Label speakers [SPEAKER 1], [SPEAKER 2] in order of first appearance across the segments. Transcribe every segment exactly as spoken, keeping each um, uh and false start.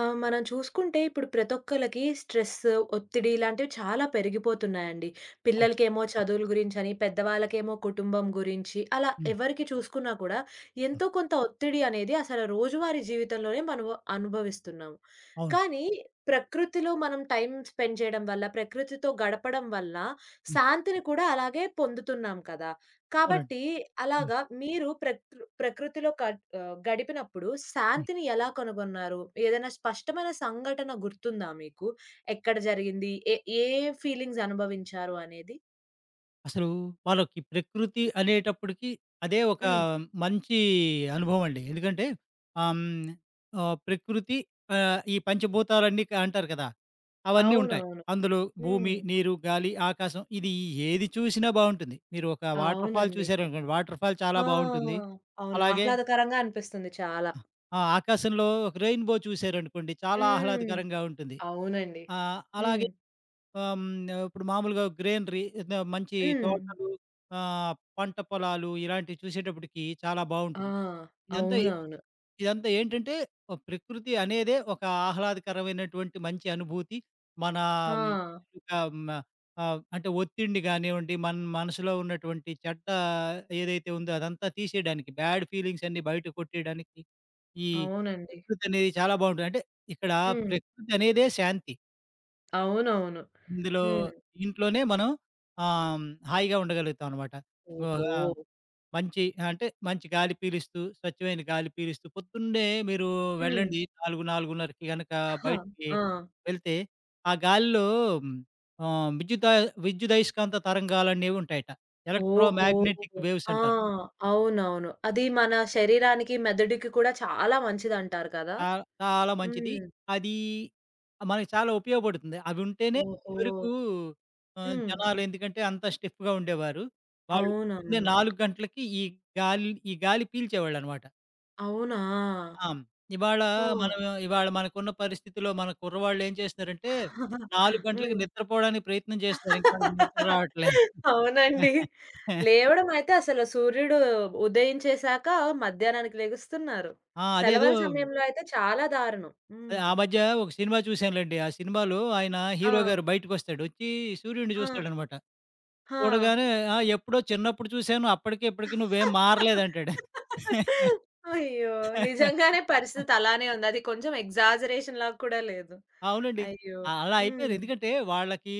[SPEAKER 1] ఆ! మనం చూసుకుంటే ఇప్పుడు ప్రతి ఒక్కళ్ళకి స్ట్రెస్, ఒత్తిడి ఇలాంటివి చాలా పెరిగిపోతున్నాయండి.
[SPEAKER 2] అవును.
[SPEAKER 1] పిల్లలకేమో చదువుల గురించని, పెద్దవాళ్ళకేమో కుటుంబం గురించి అలా
[SPEAKER 2] హ్మ్.
[SPEAKER 1] ఎవరికి చూసుకున్నా కూడా
[SPEAKER 2] అవును.
[SPEAKER 1] ఎంతో కొంత ఒత్తిడి అనేది అసలు రోజువారీ జీవితంలోనే మనము అనుభవిస్తున్నాము.
[SPEAKER 2] అవును.
[SPEAKER 1] కానీ ప్రకృతిలో మనం టైం స్పెండ్ చేయడం వల్ల, ప్రకృతితో గడపడం వల్ల
[SPEAKER 2] హ్మ్.
[SPEAKER 1] శాంతిని కూడా అలాగే పొందుతున్నాం కదా!
[SPEAKER 2] అవునండి.
[SPEAKER 1] కాబట్టి
[SPEAKER 2] హ్మ్.
[SPEAKER 1] అలాగా మీరు ప్రకృ ప్రకృతిలో కడ్ ఆహ్, గడిపినప్పుడు
[SPEAKER 2] హ్మ్.
[SPEAKER 1] శాంతిని ఎలా కనుగొన్నారు? ఏదైనా స్పష్టమైన సంఘటన గుర్తుందా మీకు? ఎక్కడ జరిగింది? ఏ ఏ ఫీలింగ్స్ అనుభవించారు అనేది?
[SPEAKER 2] అసలు వాళ్ళకి ప్రకృతి అనేటప్పటికి అదే ఒక
[SPEAKER 1] హ్మ్.
[SPEAKER 2] మంచి అనుభవం అండి. ఎందుకంటే ఆహ్, హ్మ్, ఆహ్, ప్రకృతి ఆహ్, ఈ పంచభూతాలన్నీ క అంటారు కదా! అవన్నీ ఉంటాయి.
[SPEAKER 1] అవునవును.
[SPEAKER 2] అందులో భూమి,
[SPEAKER 1] హ్మ్.
[SPEAKER 2] నీరు, గాలి, ఆకాశం ఇది ఏది చూసినా బావుంటుంది. మీరు ఒక వాటర్ ఫాల్
[SPEAKER 1] అవునండి.
[SPEAKER 2] చూసారనుకోండి, వాటర్ ఫాల్ చాలా బావుంటుంది.
[SPEAKER 1] ఆ! అవును.
[SPEAKER 2] అలాగే
[SPEAKER 1] ఆహ్లాదకరంగా అనిపిస్తుంది చాలా.
[SPEAKER 2] ఆ! ఆకాశంలో ఒక రెయిన్‌బో చూసారనుకోండి, చాలా
[SPEAKER 1] హ్మ్.
[SPEAKER 2] ఆహ్లాదకరంగా ఉంటుంది.
[SPEAKER 1] అవునండి.
[SPEAKER 2] ఆహ్,
[SPEAKER 1] హ్మ్.
[SPEAKER 2] అలాగే ఆహ్, హ్మ్. ఇప్పుడు మామూలుగా గ్రీనరీ ఏదో మంచి
[SPEAKER 1] హ్మ్.
[SPEAKER 2] తోటలు ఆహ్, పంట పొలాలు ఇలాంటివి చూసేటప్పటికి చాలా
[SPEAKER 1] ఆ!
[SPEAKER 2] బావుంటుంది. ఇదంతా
[SPEAKER 1] అవునవును.
[SPEAKER 2] ఇదంతా ఏంటంటే ఒక ప్రకృతి అనేదే ఒక ఆహ్లాదకరమైనటువంటి మంచి అనుభూతి. మన
[SPEAKER 1] ఆ!
[SPEAKER 2] హ్మ్, ఇంకా మ ఆహ్, అంటే ఒత్తిడిని గానివ్వండి, మన మనసులో ఉన్నటువంటి చెడ్డ ఏదైతే ఉందో అదంతా తీసేయడానికి, బ్యాడ్ ఫీలింగ్స్ అన్నీ బయట కొట్టేయడానికి ఈ
[SPEAKER 1] అవునండి.
[SPEAKER 2] ప్రకృతి అనేది చాలా బావుంటుంది. అంటే ఇక్కడ
[SPEAKER 1] హ్మ్.
[SPEAKER 2] ప్రకృతి అనేదే శాంతి.
[SPEAKER 1] అవునవును.
[SPEAKER 2] ఇందులో
[SPEAKER 1] హ్మ్.
[SPEAKER 2] ఇంట్లోనే మనం ఆహ్, హాయిగా ఉండగలుగుతాం అనమాట.
[SPEAKER 1] ఓహో!
[SPEAKER 2] అవును. ఆహ్, మంచి అంటే మంచి గాలి పీలుస్తూ, స్వచ్ఛమైన గాలి పీలుస్తూ పొద్దున్నే మీరు
[SPEAKER 1] హ్మ్.
[SPEAKER 2] వెళ్ళండి నాలుగు, 4:30కి గనక
[SPEAKER 1] అహా!
[SPEAKER 2] బయటికి
[SPEAKER 1] ఆ!
[SPEAKER 2] వెళ్తే, ఆ గాలిలో ఆహ్, విద్యుదయ విద్యుదయస్కాంత తరంగాలనేవి ఉంటాయట.
[SPEAKER 1] ఓహో!
[SPEAKER 2] ఎలక్ట్రోమాగ్నెటిక్ వేవ్స్
[SPEAKER 1] ఆ!
[SPEAKER 2] అంటారు.
[SPEAKER 1] అవునవును. అది మన శరీరానికి, మెదడుకి కూడా చాలా మంచిదంటారు కదా!
[SPEAKER 2] చా చాలా మంచిది.
[SPEAKER 1] హ్మ్.
[SPEAKER 2] అది మనకి చాలా ఉపయోగపడుతుంది. అవి ఉంటేనే
[SPEAKER 1] ఓహో!
[SPEAKER 2] ఇదివరకు ఆహ్,
[SPEAKER 1] హ్మ్.
[SPEAKER 2] జనాలు ఎందుకంటే అంతా స్టిఫ్‌గా ఉండేవారు. వాళ్ళు పొద్దున్నే
[SPEAKER 1] అవునవును.
[SPEAKER 2] నాలుగు గంటలకి ఈ గాలి ఈ గాలి పీల్చేవాళ్ళనమాట.
[SPEAKER 1] అవునా!
[SPEAKER 2] ఆ! ఇవాళ
[SPEAKER 1] ఓహ్!
[SPEAKER 2] మనం ఇవాళ మనకున్న పరిస్థితిలో మన కుర్రవాళ్ళు ఏం చేస్తున్నారంటే నాలుగు గంటలకి
[SPEAKER 1] హ్మ్.
[SPEAKER 2] నిద్రపోవడానికి ప్రయత్నం చేస్తున్నారు. ఇంకా వాళ్ళకి నిద్ర రావట్లే.
[SPEAKER 1] అవునండి. లేవడం అయితే అసలు సూర్యుడు ఉదయించేసాక మధ్యాహ్నానికి లెగుస్తున్నారు.
[SPEAKER 2] ఆ! అదేదో
[SPEAKER 1] సెలవుల సమయంలో అయితే చాలా దారుణం.
[SPEAKER 2] అదే
[SPEAKER 1] హ్మ్.
[SPEAKER 2] ఆ మధ్య ఒక సినిమా చూసానులెండి. ఆ సినిమాలో ఆయన
[SPEAKER 1] ఆ!
[SPEAKER 2] హీరో గారు బయటకొస్తాడు. వచ్చి సూర్యుడిని
[SPEAKER 1] ఆ!
[SPEAKER 2] చూస్తాడనమాట.
[SPEAKER 1] ఆ!
[SPEAKER 2] చూడగానే "ఆ! ఎప్పుడో చిన్నప్పుడు చూసాను. అప్పటికి ఇప్పటికి నువ్వేం మారలేదంటాడు."
[SPEAKER 1] అయ్యో! నిజంగానే పరిస్థితి అలానే ఉంది. అది కొంచెం ఎగ్జాజరేషన్ లాగా కూడా లేదు.
[SPEAKER 2] అవునండి.
[SPEAKER 1] అయ్యో!
[SPEAKER 2] అ అలా అయిపోయింది.
[SPEAKER 1] హ్మ్.
[SPEAKER 2] ఎందుకంటే వాళ్ళకి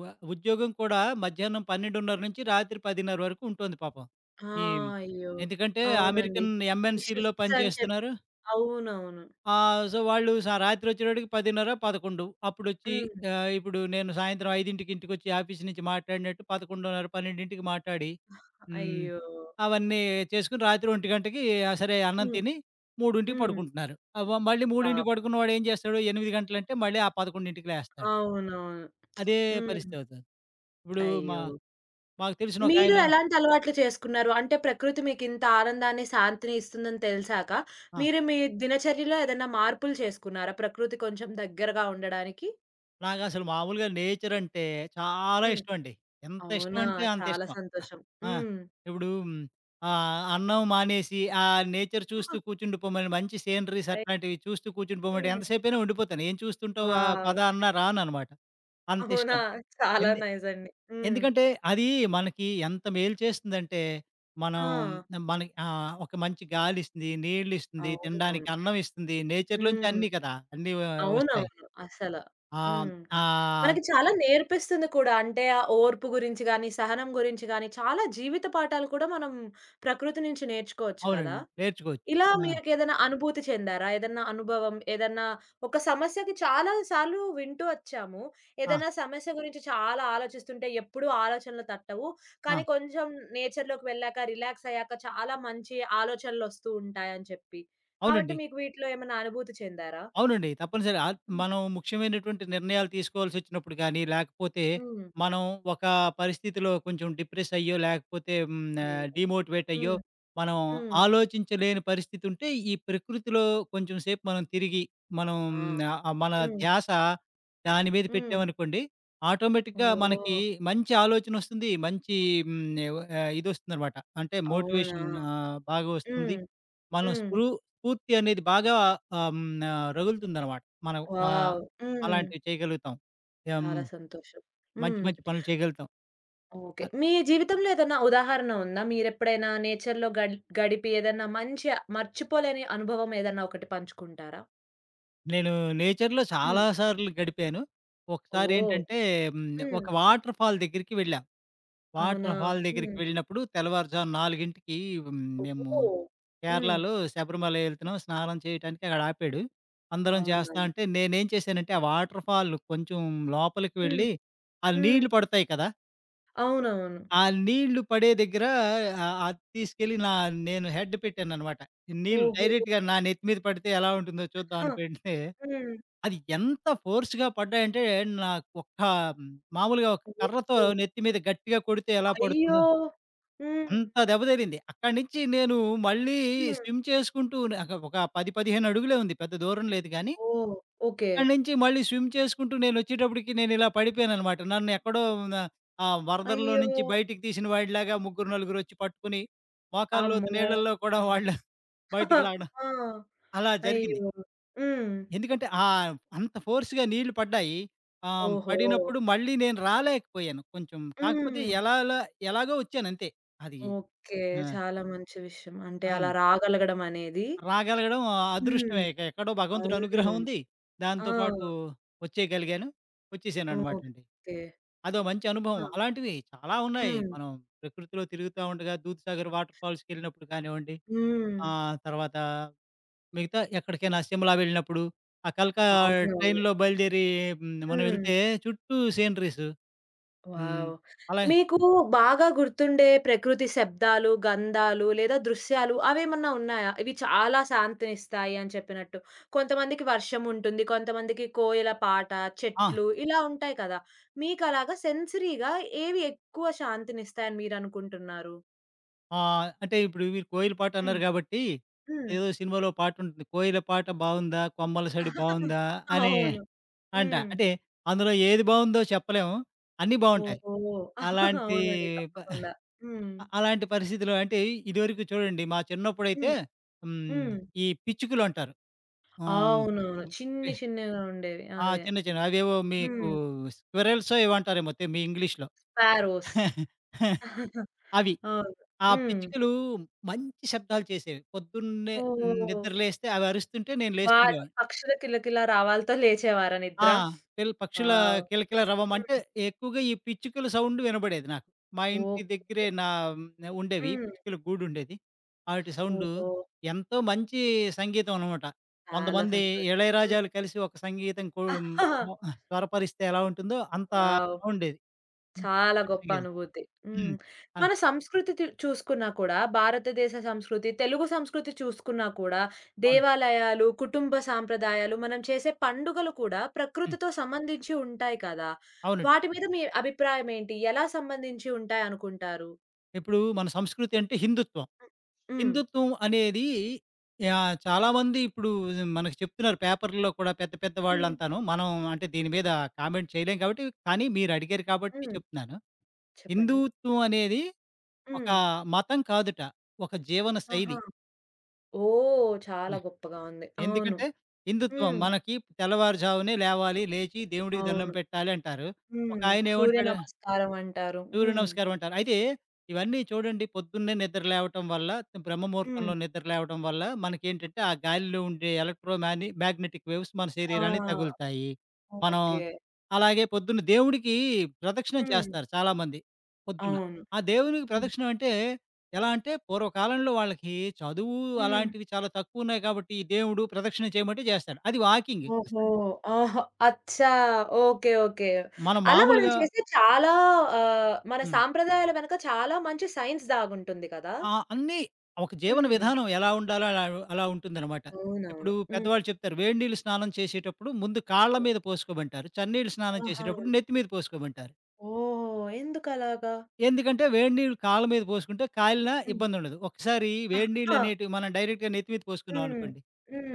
[SPEAKER 2] వ ఉద్యోగం కూడా మధ్యాహ్నం పన్నెండున్నర నుంచి రాత్రి పదిన్నర వరకు ఉంటుంది పాపం.
[SPEAKER 1] ఆ!
[SPEAKER 2] ఈ
[SPEAKER 1] అయ్యో!
[SPEAKER 2] ఎందుకంటే
[SPEAKER 1] అవునండి.
[SPEAKER 2] అమెరికన్
[SPEAKER 1] ఈ
[SPEAKER 2] ఎంఎన్‌సీ‌ల్లో
[SPEAKER 1] షిఫ్ట్స్ అని చెప్పి.
[SPEAKER 2] పనిచేస్తున్నారు.
[SPEAKER 1] అవునవును.
[SPEAKER 2] ఆ! సో, వాళ్ళు స రాత్రి వచ్చేటప్పటికి పదిన్నర, పదకొండు అప్పుడొచ్చి
[SPEAKER 1] హ్మ్.
[SPEAKER 2] ఆహ్, ఇప్పుడు నేను సాయంత్రం ఐదుకి ఇంటికొచ్చి ఆఫీస్ నుంచి మాట్లాడినట్టు పదకొండున్నర, పన్నెండుకి మాట్లాడి హ్మ్.
[SPEAKER 1] అయ్యో!
[SPEAKER 2] అవన్నీ చేసుకొని రాత్రి ఒకటి ఆహ్, సరే అన్నం
[SPEAKER 1] హ్మ్.
[SPEAKER 2] తిని మూడుకి
[SPEAKER 1] హ్మ్.
[SPEAKER 2] పడుకుంటున్నారు. అవ మళ్ళీ మూడుకి
[SPEAKER 1] పాపం.
[SPEAKER 2] పడుకున్నవాడు ఏం చేస్తాడు ఎనిమిది గంటలంటే మళ్ళీ ఆ పదకొండుకి లేస్తాడు.
[SPEAKER 1] అవునవును.
[SPEAKER 2] అదే
[SPEAKER 1] హ్మ్.
[SPEAKER 2] పరిస్థితి అవుతుంది. ఇప్పుడు మా
[SPEAKER 1] అయ్యో!
[SPEAKER 2] మాకు తెలిసిన
[SPEAKER 1] మీరు
[SPEAKER 2] ఒకాయన
[SPEAKER 1] ఎలాంటి అలవాట్లు చేసుకున్నారు? అంటే ప్రకృతి మీకింత ఆనందాన్ని, శాంతిని ఇస్తుందని తెలిసాక,
[SPEAKER 2] ఆ!
[SPEAKER 1] మీరు మీ దినచర్యలో ఏదైనా మార్పులు చేసుకున్నారా? ప్రకృతి కొంచెం దగ్గరగా ఉండడానికి?
[SPEAKER 2] నాకసలు మామూలుగా నేచర్ అంటే చాలా
[SPEAKER 1] హ్మ్.
[SPEAKER 2] ఇష్టం అండి. ఎంత ఇష్టం
[SPEAKER 1] అవునా!
[SPEAKER 2] అంటే అంత
[SPEAKER 1] చాలా
[SPEAKER 2] ఇష్టం.
[SPEAKER 1] సంతోషం.
[SPEAKER 2] ఆ!
[SPEAKER 1] హ్మ్.
[SPEAKER 2] ఇప్పుడు హ్మ్, ఆహ్, అన్నం మానేసి ఆ నేచర్ చూస్తూ కూర్చుండిపోమని మంచి సీనరీస్
[SPEAKER 1] అయి
[SPEAKER 2] అట్లాంటివి చూస్తూ కూర్చుండిపోమంటే
[SPEAKER 1] హ్మ్.
[SPEAKER 2] ఎంతసేపైనా ఉండిపోతాను. "ఏం చూస్తుంటావు ఆహ్,
[SPEAKER 1] వావ్!
[SPEAKER 2] పద" అన్నా రాననమాట. అంత
[SPEAKER 1] అవునా!
[SPEAKER 2] ఇష్టం.
[SPEAKER 1] చాలా
[SPEAKER 2] ఎందు
[SPEAKER 1] నైస్ అండి. హ్మ్.
[SPEAKER 2] ఎందుకంటే అది మనకి ఎంత మేలు చేస్తుందంటే మనం
[SPEAKER 1] ఆ!
[SPEAKER 2] మనకి ఆహ్, ఒక మంచి గాలిస్తుంది, నీళ్ళిస్తుంది, తినడానికి
[SPEAKER 1] అవునవును.
[SPEAKER 2] అన్నం ఇస్తుంది. నేచర్‌లోంచి
[SPEAKER 1] హ్మ్.
[SPEAKER 2] అన్నీ కదా! అన్నీ వ వస్తాయి.
[SPEAKER 1] అవునవును. అసల.
[SPEAKER 2] ఆహ్,
[SPEAKER 1] హ్మ్.
[SPEAKER 2] ఆ!
[SPEAKER 1] మనకి చాలా నేర్పిస్తుంది కూడా. అంటే ఆ ఓర్పు గురించి గాని, సహనం గురించి గాని, చాలా జీవిత పాఠాలు కూడా మనం ప్రకృతి నుంచి నేర్చుకోవచ్చు కదా!
[SPEAKER 2] అవునండి. నేర్చుకోవచ్చు.
[SPEAKER 1] ఇలా
[SPEAKER 2] ఆ!
[SPEAKER 1] మీకేదైనా అనుభూతి చెందారా? ఏదన్నా అనుభవం, ఏదన్నా ఒక సమస్యకి చాలా సార్లు వింటూ వచ్చాము.
[SPEAKER 2] ఆ!
[SPEAKER 1] ఏదైనా సమస్య గురించి చాలా ఆలోచిస్తుంటే ఎప్పుడూ ఆలోచనలు తట్టవు.
[SPEAKER 2] ఆ!
[SPEAKER 1] కానీ కొంచెం నేచర్‌లోకి వెళ్ళాక, రిలాక్స్ అయ్యాక చాలా మంచి ఆలోచనలొస్తూ ఉంటాయని చెప్పి. కాబట్టి
[SPEAKER 2] అవునండి.
[SPEAKER 1] మీకు వీటిలో ఏమైనా అనుభూతి చెందారా?
[SPEAKER 2] అవునండి. తప్పనిసరి. ఆహ్,
[SPEAKER 1] హ్మ్.
[SPEAKER 2] మనం ముఖ్యమైనటువంటి నిర్ణయాలు తీసుకోవాల్సొచ్చినప్పుడు గానీ, లేకపోతే
[SPEAKER 1] హ్మ్.
[SPEAKER 2] మనం ఒక పరిస్థితిలో కొంచెం డిప్రెస్ అయ్యో, లేకపోతే హ్మ్, ఆహ్,
[SPEAKER 1] అయ్యో!
[SPEAKER 2] డీమోటివేట్ అయ్యో,
[SPEAKER 1] హ్మ్.
[SPEAKER 2] మనం
[SPEAKER 1] హ్మ్.
[SPEAKER 2] ఆలోచించలేని పరిస్థితుంటే, ఈ ప్రకృతిలో కొంచెం సేపు మనం తిరిగి, మనం
[SPEAKER 1] ఆహా!
[SPEAKER 2] ఆహ్, మన
[SPEAKER 1] హ్మ్.
[SPEAKER 2] ధ్యాస దాని మీద
[SPEAKER 1] హ్మ్.
[SPEAKER 2] పెట్టామనుకోండి, ఆటోమేటిక్‌గా మనకి
[SPEAKER 1] ఓహ్!
[SPEAKER 2] మంచి ఆలోచనొస్తుంది. మంచి హ్మ్, ఆహ్, ఇదొస్తుందనమాట. అంటే
[SPEAKER 1] అవునా?
[SPEAKER 2] మోటివేషన్ ఆహ్, బాగా వస్తుంది.
[SPEAKER 1] హ్మ్.
[SPEAKER 2] మనం
[SPEAKER 1] హ్మ్.
[SPEAKER 2] స్పృ స్ఫూర్తి అనేది బాగా ఆహ్, హ్మ్. ఆహ్, రగులుతుందనమాట. మనం ఆహ్,
[SPEAKER 1] వావ్! హ్మ్.
[SPEAKER 2] అలాంటివి చేయగలుగుతాం. ఏం
[SPEAKER 1] చాలా సంతోషం.
[SPEAKER 2] మంచి
[SPEAKER 1] హ్మ్.
[SPEAKER 2] మంచి పనులు చేయగలుగుతాం.
[SPEAKER 1] ఓకే.
[SPEAKER 2] అ
[SPEAKER 1] మీ జీవితంలో ఏదన్నా ఉదాహరణ ఉందా? మీరెప్పుడైనా నేచర్‌లో గడి గడిపి ఏదన్నా మంచి మర్చిపోలేని అనుభవం ఏదన్నా ఒకటి పంచుకుంటారా?
[SPEAKER 2] నేను నేచర్‌లో
[SPEAKER 1] హ్మ్.
[SPEAKER 2] చాలా సార్లు గడిపాను.
[SPEAKER 1] ఓహ్!
[SPEAKER 2] ఒకసారేంటంటే హ్మ్. ఒక
[SPEAKER 1] హ్మ్.
[SPEAKER 2] వాటర్ ఫాల్ దగ్గరికి వెళ్ళాం.
[SPEAKER 1] అవునా?
[SPEAKER 2] వాటర్ ఫాల్ దగ్గరికి
[SPEAKER 1] హ్మ్.
[SPEAKER 2] వెళ్ళినప్పుడు తెల్లవారుజాము నాలుగుకి హ్మ్. మేము
[SPEAKER 1] ఓహ్! హ్మ్.
[SPEAKER 2] కేరళలో శబరిమల ఎళ్తున్నాం. స్నానం చేయటానికి అక్కడ ఆపాడు. అందరం
[SPEAKER 1] అవునా?
[SPEAKER 2] చేస్తా అంటే నేనేం చేశానంటే ఆ వాటర్ ఫాల్ కొంచెం లోపలికి
[SPEAKER 1] హ్మ్.
[SPEAKER 2] వెళ్ళి, ఆ
[SPEAKER 1] హ్మ్.
[SPEAKER 2] నీళ్లు పడతాయి కదా!
[SPEAKER 1] అవునవును.
[SPEAKER 2] ఆ నీళ్లు పడే దగ్గర ఆహ్, అది తీసుకెళ్ళి నా నేను హెడ్ పెట్టాననమాట. నీళ్లు
[SPEAKER 1] ఓహో!
[SPEAKER 2] డైరెక్ట్‌గా నా నెత్తి మీద పడితే ఎలా ఉంటుందో చూద్దాం
[SPEAKER 1] హా!
[SPEAKER 2] అని పెడితే,
[SPEAKER 1] హ్మ్.
[SPEAKER 2] అది ఎంత ఫోర్స్‌గా పడ్డాయంటే నాకు ఒక్క మ్, మామూలుగా ఒక కర్రతో
[SPEAKER 1] ఓహ్!
[SPEAKER 2] నెత్తి మీద గట్టిగా కొడితే ఎలా
[SPEAKER 1] అయ్యో!
[SPEAKER 2] పడుతుందో
[SPEAKER 1] హ్మ్.
[SPEAKER 2] అంత దెబ్బ తగిలింది. అక్కడి నుంచి నేను మళ్ళీ
[SPEAKER 1] హ్మ్.
[SPEAKER 2] స్విమ్ చేసుకుంటూ నాకు ఒక పది, పదిహేను అడుగులే ఉంది. పెద్ద దూరం లేదు గానీ
[SPEAKER 1] ఓహ్! ఓకే.
[SPEAKER 2] అక్కడి నుంచి మళ్ళీ స్విమ్ చేసుకుంటూ నేనొచ్చేటప్పటికి నేనిలా పడిపోయాననమాట. నన్నెక్కడో న ఆ వరదల్లో
[SPEAKER 1] అయ్యో!
[SPEAKER 2] నుంచి బయటికి తీసిన వాడిలాగా ముగ్గురు, నలుగురొచ్చి పట్టుకుని, మోకాల్లోతు
[SPEAKER 1] అమ్మో!
[SPEAKER 2] నీళ్ళల్లో కూడా వాళ్ళు బయటికి లాగడం
[SPEAKER 1] ఆ!
[SPEAKER 2] అలా జరిగింది.
[SPEAKER 1] అయ్యో! హ్మ్.
[SPEAKER 2] ఎందుకంటే ఆహ్, అంత ఫోర్స్‌గా నీళ్లు పడ్డాయి. ఆహ్,
[SPEAKER 1] ఓహో!
[SPEAKER 2] పడినప్పుడు మళ్ళీ నేను రాలేకపోయాను కొంచెం. కాకపోతే
[SPEAKER 1] హ్మ్.
[SPEAKER 2] ఎలాలా ఎలాగో వచ్చానంతే. అది
[SPEAKER 1] ఓకే.
[SPEAKER 2] ఆ!
[SPEAKER 1] చాలా మంచి విషయం. అంటే అలా
[SPEAKER 2] అవును.
[SPEAKER 1] రాగలగడం అనేది.
[SPEAKER 2] రాగలగడం
[SPEAKER 1] హ్మ్.
[SPEAKER 2] అదృష్టమే. ఇక ఎక్కడో భగవంతుడి అనుగ్రహం
[SPEAKER 1] అవునవును.
[SPEAKER 2] ఉంది.
[SPEAKER 1] ఆ!
[SPEAKER 2] దాంతో పాటు వచ్చేయగలిగాను. వచ్చేసాననమాటండి.
[SPEAKER 1] ఓకే.
[SPEAKER 2] అదో మంచి అనుభవం.
[SPEAKER 1] ఆ!
[SPEAKER 2] అలాంటివి చాలా ఉన్నాయి.
[SPEAKER 1] హ్మ్.
[SPEAKER 2] మనం ప్రకృతిలో తిరుగుతా ఉండగా దూద్‌సాగర్ వాటర్ ఫాల్స్‌కెళ్ళినప్పుడు కానివ్వండి,
[SPEAKER 1] హ్మ్.
[SPEAKER 2] ఆహ్, తర్వాత మిగతా ఎక్కడికైనా సిమ్లా వెళ్ళినప్పుడు, ఆ కల్కా
[SPEAKER 1] అవునవును.
[SPEAKER 2] ట్రైన్‌లో బయలుదేరి హ్మ్, మనం
[SPEAKER 1] హ్మ్.
[SPEAKER 2] వెళ్తే చుట్టూ సీనరీస్. హ్మ్.
[SPEAKER 1] వావ్!
[SPEAKER 2] అలా
[SPEAKER 1] మీకు బాగా గుర్తుండే ప్రకృతి శబ్దాలు, గంధాలు లేదా దృశ్యాలు అవేమన్నా ఉన్నాయా? ఇవి చాలా శాంతినిస్తాయి అని చెప్పినట్టు. కొంతమందికి వర్షం ఉంటుంది. కొంతమందికి కోయిల పాట,
[SPEAKER 2] ఆ!
[SPEAKER 1] చెట్లు ఇలా ఉంటాయి కదా! మీకలాగా సెన్సరీగా ఏవి ఎక్కువ శాంతినిస్తాయని మీరనుకుంటున్నారు?
[SPEAKER 2] ఆహ్, అంటే ఇప్పుడు మీరు కోయిల పాట
[SPEAKER 1] హ్మ్.
[SPEAKER 2] అన్నారు కాబట్టి,
[SPEAKER 1] హ్మ్.
[SPEAKER 2] ఏదో సినిమాలో పాట ఉంటుంది. కోయిల పాట బావుందా? కొమ్మల సడి బావుందా? అని
[SPEAKER 1] అవును.
[SPEAKER 2] అంట.
[SPEAKER 1] హ్మ్.
[SPEAKER 2] అంటే అందులో ఏది బావుందో చెప్పలేము. అన్నీ బావుంటాయి.
[SPEAKER 1] ఓహో!
[SPEAKER 2] అలాంటి
[SPEAKER 1] అవునండి.
[SPEAKER 2] ప
[SPEAKER 1] తప్పకుండా. హ్మ్.
[SPEAKER 2] అ అలాంటి పరిస్థితిలో అంటే ఇదివరకు చూడండి మా చిన్నప్పుడైతే
[SPEAKER 1] హ్మ్.
[SPEAKER 2] హ్మ్.
[SPEAKER 1] హ్మ్.
[SPEAKER 2] ఈ పిచ్చుకలు అంటారు. ఆహ్,
[SPEAKER 1] అవునవును.
[SPEAKER 2] హ్మ్.
[SPEAKER 1] చిన్ని చిన్నగా ఉండేవి.
[SPEAKER 2] ఆ!
[SPEAKER 1] అదే.
[SPEAKER 2] చిన్న చిన్నవి అవేవో మీకు
[SPEAKER 1] హ్మ్.
[SPEAKER 2] స్క్విరెల్సో ఏవో అంటారేమో తె మీ ఇంగ్లీష్‌లో.
[SPEAKER 1] పారోస్.
[SPEAKER 2] అవి.
[SPEAKER 1] అవును.
[SPEAKER 2] ఆ
[SPEAKER 1] హ్మ్.
[SPEAKER 2] పిచ్చుకలు మంచి శబ్దాలు చేసేవి. పొద్దున్నే
[SPEAKER 1] ఓహ్!
[SPEAKER 2] నిద్ర లేస్తే అవి అరుస్తుంటే నేను
[SPEAKER 1] వా
[SPEAKER 2] లేస్తుండేవాడిని.
[SPEAKER 1] పక్షుల కిలకిలా రావాలతో లేచేవారా నిద్ర?
[SPEAKER 2] ఆ! పిల్ పక్షుల
[SPEAKER 1] వావ్!
[SPEAKER 2] కిలకిల రవం
[SPEAKER 1] హ్మ్.
[SPEAKER 2] అంటే ఎక్కువగా ఈ పిచ్చుకల సౌండ్ వినబడేది నాకు. మా ఇంటి దగ్గరే
[SPEAKER 1] ఓకే.
[SPEAKER 2] నా ఉండేవి
[SPEAKER 1] హ్మ్.
[SPEAKER 2] పిచ్చుకల గూడుండేది. ఆటి సౌండు
[SPEAKER 1] ఓహో!
[SPEAKER 2] ఎంతో మంచి సంగీతం అనమాట.
[SPEAKER 1] చాలా
[SPEAKER 2] కొంతమంది
[SPEAKER 1] సంతోషం. హ్మ్.
[SPEAKER 2] ఇళయరాజాలు కలిసి ఒక సంగీతం కో బ స్వరపరిస్తే ఎలా ఉంటుందో అంత
[SPEAKER 1] వావ్!
[SPEAKER 2] బావుండేది. అంత
[SPEAKER 1] చాలా
[SPEAKER 2] చక్కటి
[SPEAKER 1] గొప్ప
[SPEAKER 2] సంగీతం.
[SPEAKER 1] అనుభూతి. హ్మ్.
[SPEAKER 2] హ్మ్. ఆ!
[SPEAKER 1] మన సంస్కృతి తు చూసుకున్నా కూడా, భారతదేశ సంస్కృతి, తెలుగు సంస్కృతి చూసుకున్నా కూడా,
[SPEAKER 2] అవును.
[SPEAKER 1] దేవాలయాలు, కుటుంబ సాంప్రదాయాలు, మనం చేసే పండుగలు కూడా
[SPEAKER 2] హ్మ్.
[SPEAKER 1] ప్రకృతితో సంబంధించి ఉంటాయి కదా!
[SPEAKER 2] అవునండి.
[SPEAKER 1] వాటి మీద మీ అభిప్రాయం ఏంటి? ఎలా సంబంధించి ఉంటాయనుకుంటారు?
[SPEAKER 2] ఇప్పుడు మన సంస్కృతి అంటే హిందుత్వం.
[SPEAKER 1] హ్మ్.
[SPEAKER 2] హిందుత్వం అనేది యాహ్! చాలామంది ఇప్పుడు మనకు చెప్తున్నారు పేపర్‌లో కూడా పెద్ద పెద్ద
[SPEAKER 1] హ్మ్.
[SPEAKER 2] వాళ్ళంతాను. మనం అంటే దీని మీద కామెంట్ చేయలేం కాబట్టి కానీ మీరు అడిగారు కాబట్టి
[SPEAKER 1] హ్మ్.
[SPEAKER 2] చెప్తున్నాను.
[SPEAKER 1] చెప్పండి.
[SPEAKER 2] హిందుత్వం అనేది ఒక
[SPEAKER 1] హ్మ్.
[SPEAKER 2] మతం కాదుట. ఒక జీవన
[SPEAKER 1] ఆహా!
[SPEAKER 2] శైలి.
[SPEAKER 1] ఓహ్! చాలా
[SPEAKER 2] యాహ్!
[SPEAKER 1] గొప్పగా ఉంది. అవును.
[SPEAKER 2] ఎందుకంటే హిందుత్వం
[SPEAKER 1] హ్మ్.
[SPEAKER 2] మనకి తెల్లవారుజామునే లేవాలి, లేచి దేవుడికి దండం
[SPEAKER 1] అవును.
[SPEAKER 2] పెట్టాలి అంటారు.
[SPEAKER 1] హ్మ్. సూర్య
[SPEAKER 2] ఒకాయనేమంటాడు
[SPEAKER 1] నమస్కారం అంటారు.
[SPEAKER 2] సూర్య
[SPEAKER 1] హ్మ్.
[SPEAKER 2] నమస్కారం అంటారు. అయితే ఇవన్నీ చూడండి పొద్దున్నే నిద్ర లేవటం వల్ల, బ్రహ్మ
[SPEAKER 1] హ్మ్.
[SPEAKER 2] ముహూర్తంలో నిద్ర లేవటం వల్ల మనకేంటంటే ఆ గాలిలో ఉండే ఎలక్ట్రోమాని మ్యాగ్నెటిక్ వేవ్స్ మన
[SPEAKER 1] ఆ!
[SPEAKER 2] శరీరానికి తగులుతాయి. మనం
[SPEAKER 1] ఓకే.
[SPEAKER 2] అలాగే పొద్దున్న దేవుడికి ప్రదక్షిణం
[SPEAKER 1] హ్మ్.
[SPEAKER 2] చేస్తారు చాలామంది పొద్దున్న.
[SPEAKER 1] అవును.
[SPEAKER 2] ఆ దేవునికి
[SPEAKER 1] హ్మ్.
[SPEAKER 2] ప్రదక్షిణం అంటే ఎలా అంటే పూర్వకాలంలో వాళ్ళకి చదువు
[SPEAKER 1] హ్మ్.
[SPEAKER 2] అలాంటివి చాలా తక్కువ ఉన్నాయి కాబట్టి, ఈ దేవుడు ప్రదక్షిణ చేయమంటే చేస్తాడు. అది వాకింగ్.
[SPEAKER 1] ఓహో! ఓహో! అచ్చా! ఓకే. ఓకే.
[SPEAKER 2] మనం
[SPEAKER 1] అలా మనం
[SPEAKER 2] మామూలుగా
[SPEAKER 1] చేసే చాలా ఆహ్, మన
[SPEAKER 2] హ్మ్.
[SPEAKER 1] సాంప్రదాయాల వెనక చాలా మంచి సైన్స్ దాగుంటుంది కదా!
[SPEAKER 2] ఆ! అన్నీ ఒక జీవన
[SPEAKER 1] హ్మ్.
[SPEAKER 2] విధానం ఎలా ఉండాలో అలా అలా ఉంటుందనమాట.
[SPEAKER 1] అవునవును.
[SPEAKER 2] ఇప్పుడు
[SPEAKER 1] హ్మ్.
[SPEAKER 2] పెద్దవాళ్ళు చెప్తారు, వేడి నీళ్ళు స్నానం చేసేటప్పుడు ముందు కాళ్ళ మీద పోసుకోమంటారు. చన్నీళ్ళు స్నానం
[SPEAKER 1] ఆహా!
[SPEAKER 2] చేసేటప్పుడు నెత్తి మీద పోసుకోమంటారు.
[SPEAKER 1] ఓహ్! ఎందుకలాగా?
[SPEAKER 2] ఎందుకంటే వేడి నీళ్ళు కాళ్ళ మీద పోసుకుంటే కాలినా
[SPEAKER 1] హ్మ్.
[SPEAKER 2] ఇబ్బందుండదు. ఒకసారి వేడి నీళ్ళు
[SPEAKER 1] అహా!
[SPEAKER 2] అనేటివి మనం డైరెక్ట్‌గా నెత్తి మీద
[SPEAKER 1] హ్మ్.
[SPEAKER 2] పోసుకున్నామనుకోండి,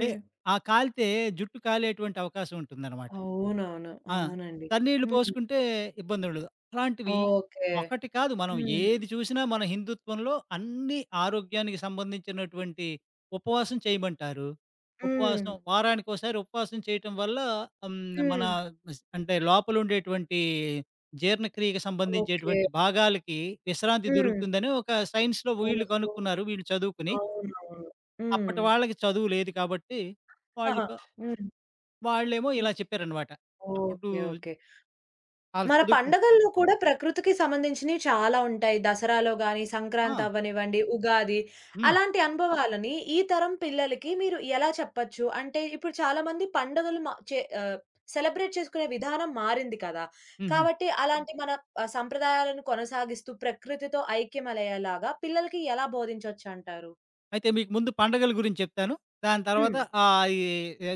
[SPEAKER 2] లే ఆ కాలితే జుట్టు కాలేటువంటి అవకాశం ఉంటుందనమాట.
[SPEAKER 1] అవునవును.
[SPEAKER 2] ఆ!
[SPEAKER 1] అవునండి.
[SPEAKER 2] తన్నీళ్లు
[SPEAKER 1] హ్మ్.
[SPEAKER 2] పోసుకుంటే ఇబ్బందుండదు. అలాంటివి
[SPEAKER 1] ఓకే.
[SPEAKER 2] ఒకటి కాదు మనం
[SPEAKER 1] హ్మ్.
[SPEAKER 2] ఏది చూసినా మన హిందుత్వంలో అన్నీ ఆరోగ్యానికి సంబంధించినటువంటి ఉపవాసం చేయమంటారు.
[SPEAKER 1] హ్మ్.
[SPEAKER 2] ఉపవాసం వారానికోసారి ఉపవాసం చేయటం వల్ల హ్మ్. మన
[SPEAKER 1] హ్మ్.
[SPEAKER 2] స్ అంటే లోపలుండేటువంటి జీర్ణక్రియకి
[SPEAKER 1] ఓకే.
[SPEAKER 2] సంబంధించేటువంటి భాగాలకి విశ్రాంతి
[SPEAKER 1] హ్మ్.
[SPEAKER 2] దొరుకుతుందని ఒక సైన్స్‌లో వీళ్ళు
[SPEAKER 1] ఓహో!
[SPEAKER 2] కనుక్కున్నారు. వీళ్ళు చదువుకుని.
[SPEAKER 1] అవునవును. హ్మ్.
[SPEAKER 2] అప్పటి వాళ్ళకి చదువు లేదు కాబట్టి వాళ్ళు
[SPEAKER 1] ఆహా!
[SPEAKER 2] క
[SPEAKER 1] హ్మ్.
[SPEAKER 2] వాళ్ళేమో ఇలా
[SPEAKER 1] హ్మ్.
[SPEAKER 2] చెప్పారనమాట. అప్పుడు
[SPEAKER 1] ఓకే. ఓకే.
[SPEAKER 2] ఆళ్ళు
[SPEAKER 1] మన
[SPEAKER 2] చదువుకున్న
[SPEAKER 1] పండగల్లో కూడా ప్రకృతికి సంబంధించినవి చాలా ఉంటాయి. దసరాలో గాని,
[SPEAKER 2] ఆ!
[SPEAKER 1] సంక్రాంతి అవ్వనివ్వండి, ఉగాది.
[SPEAKER 2] హ్మ్.
[SPEAKER 1] అలాంటి అనుభవాలని ఈ తరం పిల్లలకి మీరు ఎలా చెప్పొచ్చు? అంటే ఇప్పుడు చాలా మంది పండుగలు మ చే ఆహ్, సెలబ్రేట్ చేసుకునే విధానం మారింది కదా!
[SPEAKER 2] హుహు.
[SPEAKER 1] కాబట్టి హ్మ్. అలాంటి మన ఆహ్, సంప్రదాయాలను కొనసాగిస్తూ ప్రకృతితో ఐక్యమయ్యేలాగా పిల్లలకి ఎలా బోధించొచ్చంటారు?
[SPEAKER 2] అయితే మీకు ముందు పండగల గురించి చెప్తాను. దాని
[SPEAKER 1] హ్మ్.
[SPEAKER 2] తర్వాత ఆహ్, ఈ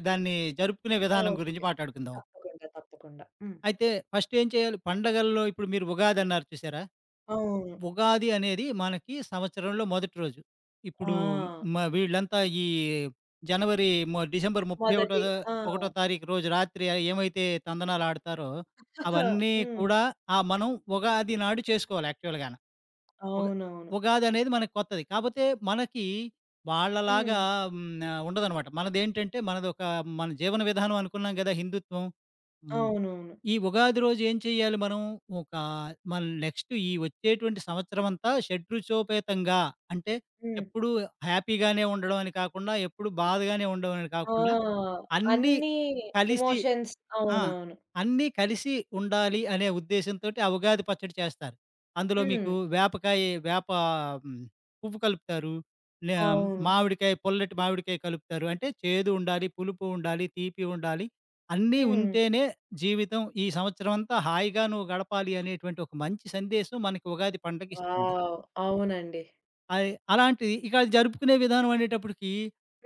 [SPEAKER 2] దాన్ని జరుపుకునే విధానం గురించి
[SPEAKER 1] ఓకే.
[SPEAKER 2] మాట్లాడుకుందాం.
[SPEAKER 1] తప్పకుండా. తప్పకుండా. హ్మ్.
[SPEAKER 2] అయితే ఫస్ట్ ఏం చేయాలి? పండగల్లో ఇప్పుడు మీరు ఉగాది అన్నారు చూసారా?
[SPEAKER 1] అవును.
[SPEAKER 2] ఉగాది అనేది మనకి సంవత్సరంలో మొదటి రోజు. ఇప్పుడు
[SPEAKER 1] ఆ!
[SPEAKER 2] మ వీళ్ళంతా ఈ జనవరి మ డిసెంబర్ ముప్పై ఒకటి ఒకటో
[SPEAKER 1] మొదటి
[SPEAKER 2] తా
[SPEAKER 1] ఆ!
[SPEAKER 2] ఒకటో తారీఖు రోజు రాత్రి ఏమైతే తందనాలాడతారో అవన్నీ
[SPEAKER 1] హ్మ్.
[SPEAKER 2] కూడా ఆ! మనం ఉగాది నాడు చేసుకోవాలి యాక్చువల్‌గాన. ఉగా
[SPEAKER 1] అవునవును.
[SPEAKER 2] ఉగాదనేది మనకు కొత్తది. కాపోతే మనకి
[SPEAKER 1] హ్మ్.
[SPEAKER 2] వాళ్ళలాగా హ్మ్. ఆహ్, ఉండదనమాట. మనదేంటంటే మనదొక మన జీవన విధానం అనుకున్నాం గదా! హిందుత్వం. హ్మ్.
[SPEAKER 1] అవునవును.
[SPEAKER 2] ఈ ఉగాది రోజు ఏం చేయాలి మనం? ఒక మన నెక్స్ట్ ఈ వచ్చేటువంటి సంవత్సరమంతా షడ్రుచోపేతంగా అంటే
[SPEAKER 1] హ్మ్.
[SPEAKER 2] ఎప్పుడూ హ్యాపీగానే ఉండడం అని కాకుండా, ఎప్పుడు బాధగానే ఉండడం అని కాకుండా
[SPEAKER 1] ఆ!
[SPEAKER 2] అన్నీ
[SPEAKER 1] అన్నీ
[SPEAKER 2] కలిసి
[SPEAKER 1] ఎమోషన్స్
[SPEAKER 2] ఆ!
[SPEAKER 1] అవునవును.
[SPEAKER 2] అన్నీ కలిసి ఉండాలి అనే ఉద్దేశంతోటి ఆ ఉగాది పచ్చడి చేస్తారు. అందులో
[SPEAKER 1] హ్మ్.
[SPEAKER 2] మీకు వేపకాయ వేప హ్మ్, పువ్వు కలుపుతారు. నే
[SPEAKER 1] అవును.
[SPEAKER 2] మామిడికాయ పుల్లటి మామిడికాయ కలుపుతారు. అంటే చేదు ఉండాలి, పులుపు ఉండాలి, తీపి ఉండాలి. అన్నీ
[SPEAKER 1] హ్మ్.
[SPEAKER 2] ఉంటేనే జీవితం ఈ సంవత్సరం అంతా హాయిగా నువ్వు గడపాలి అనేటువంటి ఒక మంచి సందేశం మనకి ఉగాది పండగిస్తుంది.
[SPEAKER 1] వావ్! అవునండి.
[SPEAKER 2] అది అలాంటిది. ఇక అది జరుపుకునే విధానం అనేటప్పటికి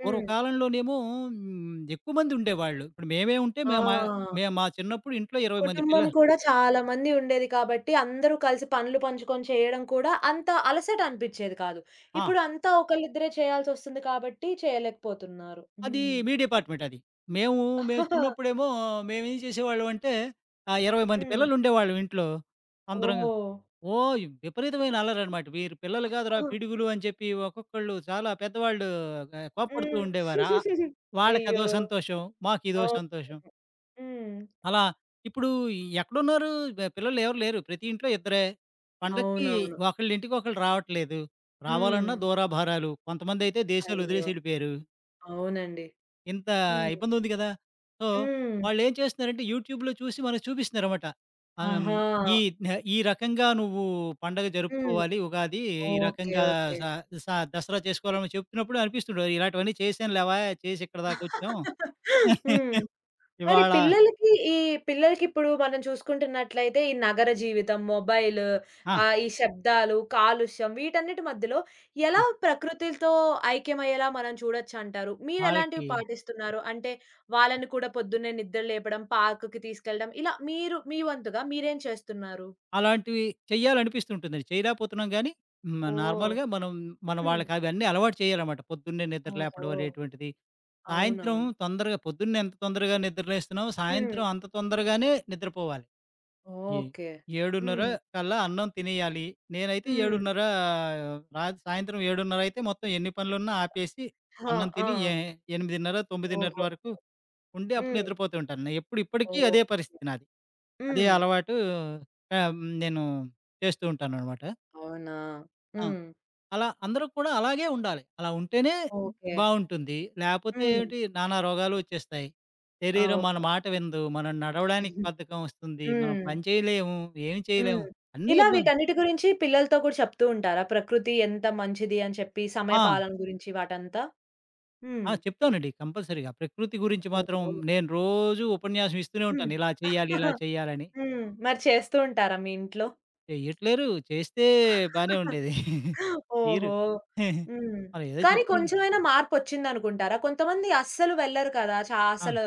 [SPEAKER 1] హ్మ్.
[SPEAKER 2] పూర్వకాలంలోనేమో హ్మ్, ఎక్కువ మంది ఉండేవాళ్ళు. ఇప్పుడు మేమే ఉంటే మేము మా
[SPEAKER 1] ఆ!
[SPEAKER 2] మేము మా చిన్నప్పుడు ఇంట్లో ఇరవై మంది పిల్ల
[SPEAKER 1] కుటుంబం కూడా చాలా మంది ఉండేది కాబట్టి, అందరూ కలిసి పనులు పంచుకొని చేయడం కూడా అంత అలసట అనిపిచ్చేది కాదు.
[SPEAKER 2] ఆ!
[SPEAKER 1] ఇప్పుడు అంతా ఒకళ్ళిద్దరే చేయాల్సొస్తుంది కాబట్టి చేయలేకపోతున్నారు.
[SPEAKER 2] అది
[SPEAKER 1] హ్మ్.
[SPEAKER 2] మీ డిపార్ట్‌మెంట్ అది. మేము మేము చిన్నప్పుడేమో మేమేం చేసేవాళ్ళం అంటే ఆహ్, ఇరవై మంది
[SPEAKER 1] హ్మ్.
[SPEAKER 2] పిల్లలుండేవాళ్ళం ఇంట్లో. అందరం
[SPEAKER 1] ఓహ్!
[SPEAKER 2] ఓహ్! విపరీతమైన అల్లరనమాట. వీరు పిల్లలు కాదురా
[SPEAKER 1] హ్మ్.
[SPEAKER 2] పిడుగులు అని చెప్పి ఒక్కొక్కళ్ళు చాలా పెద్దవాళ్ళు ఆహ్, కోప్పడుతూ ఉండేవారు. ఆహ్,
[SPEAKER 1] అయ్యో!
[SPEAKER 2] వాళ్ళకదో సంతోషం. మాకిదో
[SPEAKER 1] అవును.
[SPEAKER 2] సంతోషం.
[SPEAKER 1] హ్మ్.
[SPEAKER 2] అలా ఇప్పుడు ఎక్కడున్నారు? బె పిల్లలు ఎవరు లేరు. ప్రతి ఇంట్లో ఇద్దరే. పండక్కి
[SPEAKER 1] అవునవును.
[SPEAKER 2] ఒకళ్ళింటికి ఒకళ్ళు రావట్లేదు.
[SPEAKER 1] హ్మ్.
[SPEAKER 2] రావాలన్నా దూరాభారాలు. కొంతమందైతే దేశాలు
[SPEAKER 1] అయ్యో!
[SPEAKER 2] వదిలేసి ఎళ్ళిపోయారు.
[SPEAKER 1] అవునండి.
[SPEAKER 2] ఇంత
[SPEAKER 1] హ్మ్.
[SPEAKER 2] ఇబ్బందుంది గదా! సో,
[SPEAKER 1] హ్మ్.
[SPEAKER 2] వాళ్ళేం చేస్తున్నారంటే యూట్యూబ్‌లో చూసి మనకు చూపిస్తున్నారన్నమాట. ఆహ్, హ్మ్,
[SPEAKER 1] ఆహా!
[SPEAKER 2] ఈ నె ఈ రకంగా నువ్వు పండగ
[SPEAKER 1] హ్మ్.
[SPEAKER 2] జరుపుకోవాలి. ఉగాది ఈ
[SPEAKER 1] ఓకే.
[SPEAKER 2] రకంగా
[SPEAKER 1] ఓకే.
[SPEAKER 2] స స దసరా చేసుకోవాలని చెప్తున్నప్పుడు అనిపిస్తుంటది. ఇలాంటివన్నీ చేశాంలేవా చేసి ఇక్కడ దాకొచ్చాం.
[SPEAKER 1] హ్మ్. మరి
[SPEAKER 2] ఇవాళ
[SPEAKER 1] పిల్లలకి ఈ పిల్లలకిప్పుడు మనం చూసుకుంటున్నట్లయితే ఈ నగర జీవితం, మొబైల్
[SPEAKER 2] ఆ!
[SPEAKER 1] ఆహ్, ఈ శబ్దాలు, కాలుష్యం వీటన్నిటి మధ్యలో
[SPEAKER 2] ఆ!
[SPEAKER 1] ఎలా ప్రకృతితో ఐక్యమయ్యేలా మనం చూడొచ్చంటారు? మీరెలాంటివి
[SPEAKER 2] వాళ్ళకి
[SPEAKER 1] పాటిస్తున్నారు? అంటే వాళ్ళని కూడా పొద్దున్నే నిద్ర లేపడం, పార్క్‌కి తీసుకెళ్ళడం ఇలా మీరు మీ వంతుగా మీరేం చేస్తున్నారు?
[SPEAKER 2] అలాంటివి చెయ్యాలనిపిస్తుంటుందండి. చేయలేకపోతున్నాం గానీ, హ్మ్.
[SPEAKER 1] ఓహ్!
[SPEAKER 2] నార్మల్‌గా మనం మన
[SPEAKER 1] హ్మ్.
[SPEAKER 2] వాళ్ళకి అవన్నీ అలవాటు చేయాలన్నమాట. పొద్దున్నే నిద్ర
[SPEAKER 1] ఓహో!
[SPEAKER 2] లేపడం అనేటువంటిది. సాయంత్రం
[SPEAKER 1] అవునవును.
[SPEAKER 2] తొందరగా పొద్దున్నే ఎంత తొందరగా నిద్ర లేస్తున్నామో,
[SPEAKER 1] హ్మ్.
[SPEAKER 2] సాయంత్రం అంత తొందరగానే నిద్రపోవాలి. ఏ
[SPEAKER 1] ఓకే.
[SPEAKER 2] ఏడున్నర
[SPEAKER 1] హ్మ్.
[SPEAKER 2] కల్లా అన్నం తినేయాలి. నేనైతే
[SPEAKER 1] హ్మ్.
[SPEAKER 2] ఏడున్నర రాత్రి సాయంత్రం ఏడున్నర అయితే మొత్తం ఎన్ని పనులున్నా ఆపేసి,
[SPEAKER 1] ఆ!
[SPEAKER 2] అన్నం తిని ఏ
[SPEAKER 1] ఆ!
[SPEAKER 2] ఎనిమిదిన్నర, తొమ్మిదిన్నర
[SPEAKER 1] ఓహో!
[SPEAKER 2] వరకు ఉండి అప్పుడు
[SPEAKER 1] హ్మ్.
[SPEAKER 2] నిద్రపోతూ ఉంటాను. ఎప్పుడు ఇప్పటికీ అదే
[SPEAKER 1] ఓకే.
[SPEAKER 2] పరిస్థితి నాది. అదే
[SPEAKER 1] హ్మ్.
[SPEAKER 2] అలవాటు ఆహ్, హ్మ్. నేను చేస్తూ ఉంటాననమాట.
[SPEAKER 1] అవునా?
[SPEAKER 2] ఆ!
[SPEAKER 1] హ్మ్.
[SPEAKER 2] అలా అందరూ కూడా అలాగే ఉండాలి. అలా ఉంటేనే
[SPEAKER 1] ఓకే.
[SPEAKER 2] బావుంటుంది. లేపోతే
[SPEAKER 1] హ్మ్.
[SPEAKER 2] ఏంటి నానా రోగాలు వచ్చేస్తాయి. శరీరం మన
[SPEAKER 1] అవును.
[SPEAKER 2] మాట వినదు. మనం నడవడానికి బద్ధకం వస్తుంది. మనం
[SPEAKER 1] హ్మ్.
[SPEAKER 2] పని చేయలేము. ఏమి
[SPEAKER 1] హ్మ్.
[SPEAKER 2] చేయలేము. అన్నీ
[SPEAKER 1] ఇలా
[SPEAKER 2] ఇబ్బంది
[SPEAKER 1] వీటన్నిటి గురించి పిల్లలతో కూడా చెప్తూ ఉంటారా? ప్రకృతి ఎంత మంచిది అని చెప్పి
[SPEAKER 2] ఆ!
[SPEAKER 1] సమయపాలన గురించి వాటంతా? హ్మ్.
[SPEAKER 2] ఆ! చెప్తానండి కంపల్సరీగా. ప్రకృతి గురించి మాత్రం
[SPEAKER 1] ఓహో!
[SPEAKER 2] నేను రోజు ఉపన్యాసం ఇస్తూనే
[SPEAKER 1] హ్మ్.
[SPEAKER 2] ఉంటాను. ఇలా చేయాలి, ఇలా చేయాలని.
[SPEAKER 1] హ్మ్. మరి చేస్తూ ఉంటారా మీ ఇంట్లో?
[SPEAKER 2] చెయ్యట్లేరు. చేస్తే బానే ఉండేది.
[SPEAKER 1] ఓహో!
[SPEAKER 2] చెయ్యరు.
[SPEAKER 1] హ్మ్.
[SPEAKER 2] మరి ఏదో
[SPEAKER 1] కానీ
[SPEAKER 2] చెప్తూ
[SPEAKER 1] కొంచెమైనా మార్పొచ్చిందనుకుంటారా? కొంతమంది అస్సలు వెళ్లరు కదా! చా
[SPEAKER 2] ఆ!
[SPEAKER 1] అసలు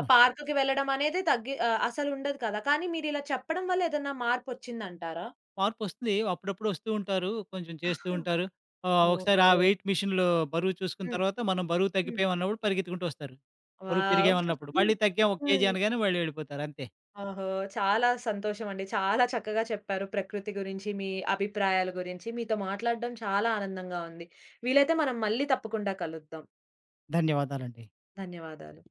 [SPEAKER 1] ఆ పార్క్‌కి వెళ్ళడం అనేది తగ్గి ఆహ్, అసలుండదు కదా! కానీ మీరిలా చెప్పడం వల్ల ఏదన్నా మార్పొచ్చిందంటారా?
[SPEAKER 2] మార్పొస్తుంది. అప్పుడప్పుడు వస్తూ ఉంటారు. కొంచెం చేస్తూ
[SPEAKER 1] హ్మ్.
[SPEAKER 2] ఉంటారు. ఆహ్, ఒకసారి
[SPEAKER 1] ఓహో!
[SPEAKER 2] ఆ వెయిట్ మిషన్‌లో బరువు చూసుకున్న
[SPEAKER 1] హ్మ్.
[SPEAKER 2] తర్వాత మనం బరువు
[SPEAKER 1] హ్మ్.
[SPEAKER 2] తగ్గిపోయామన్నప్పుడు పరిగెత్తుకుంటూ వస్తారు. బరువు
[SPEAKER 1] వావ్!
[SPEAKER 2] పెరిగామన్నప్పుడు. మళ్ళీ తగ్గాం ఒక కేజీ
[SPEAKER 1] హ్మ్.
[SPEAKER 2] అనగానే వాళ్ళు వెళ్ళిపోతారు అంతే.
[SPEAKER 1] ఓహో! చాలా సంతోషమండి. చాలా చక్కగా చెప్పారు. ప్రకృతి గురించి, మీ అభిప్రాయాల గురించి. మీతో మాట్లాడడం చాలా ఆనందంగా ఉంది. వీలైతే మనం మళ్ళీ తప్పకుండా కలుద్దాం.
[SPEAKER 2] ధన్యవాదాలండి.
[SPEAKER 1] ధన్యవాదాలు.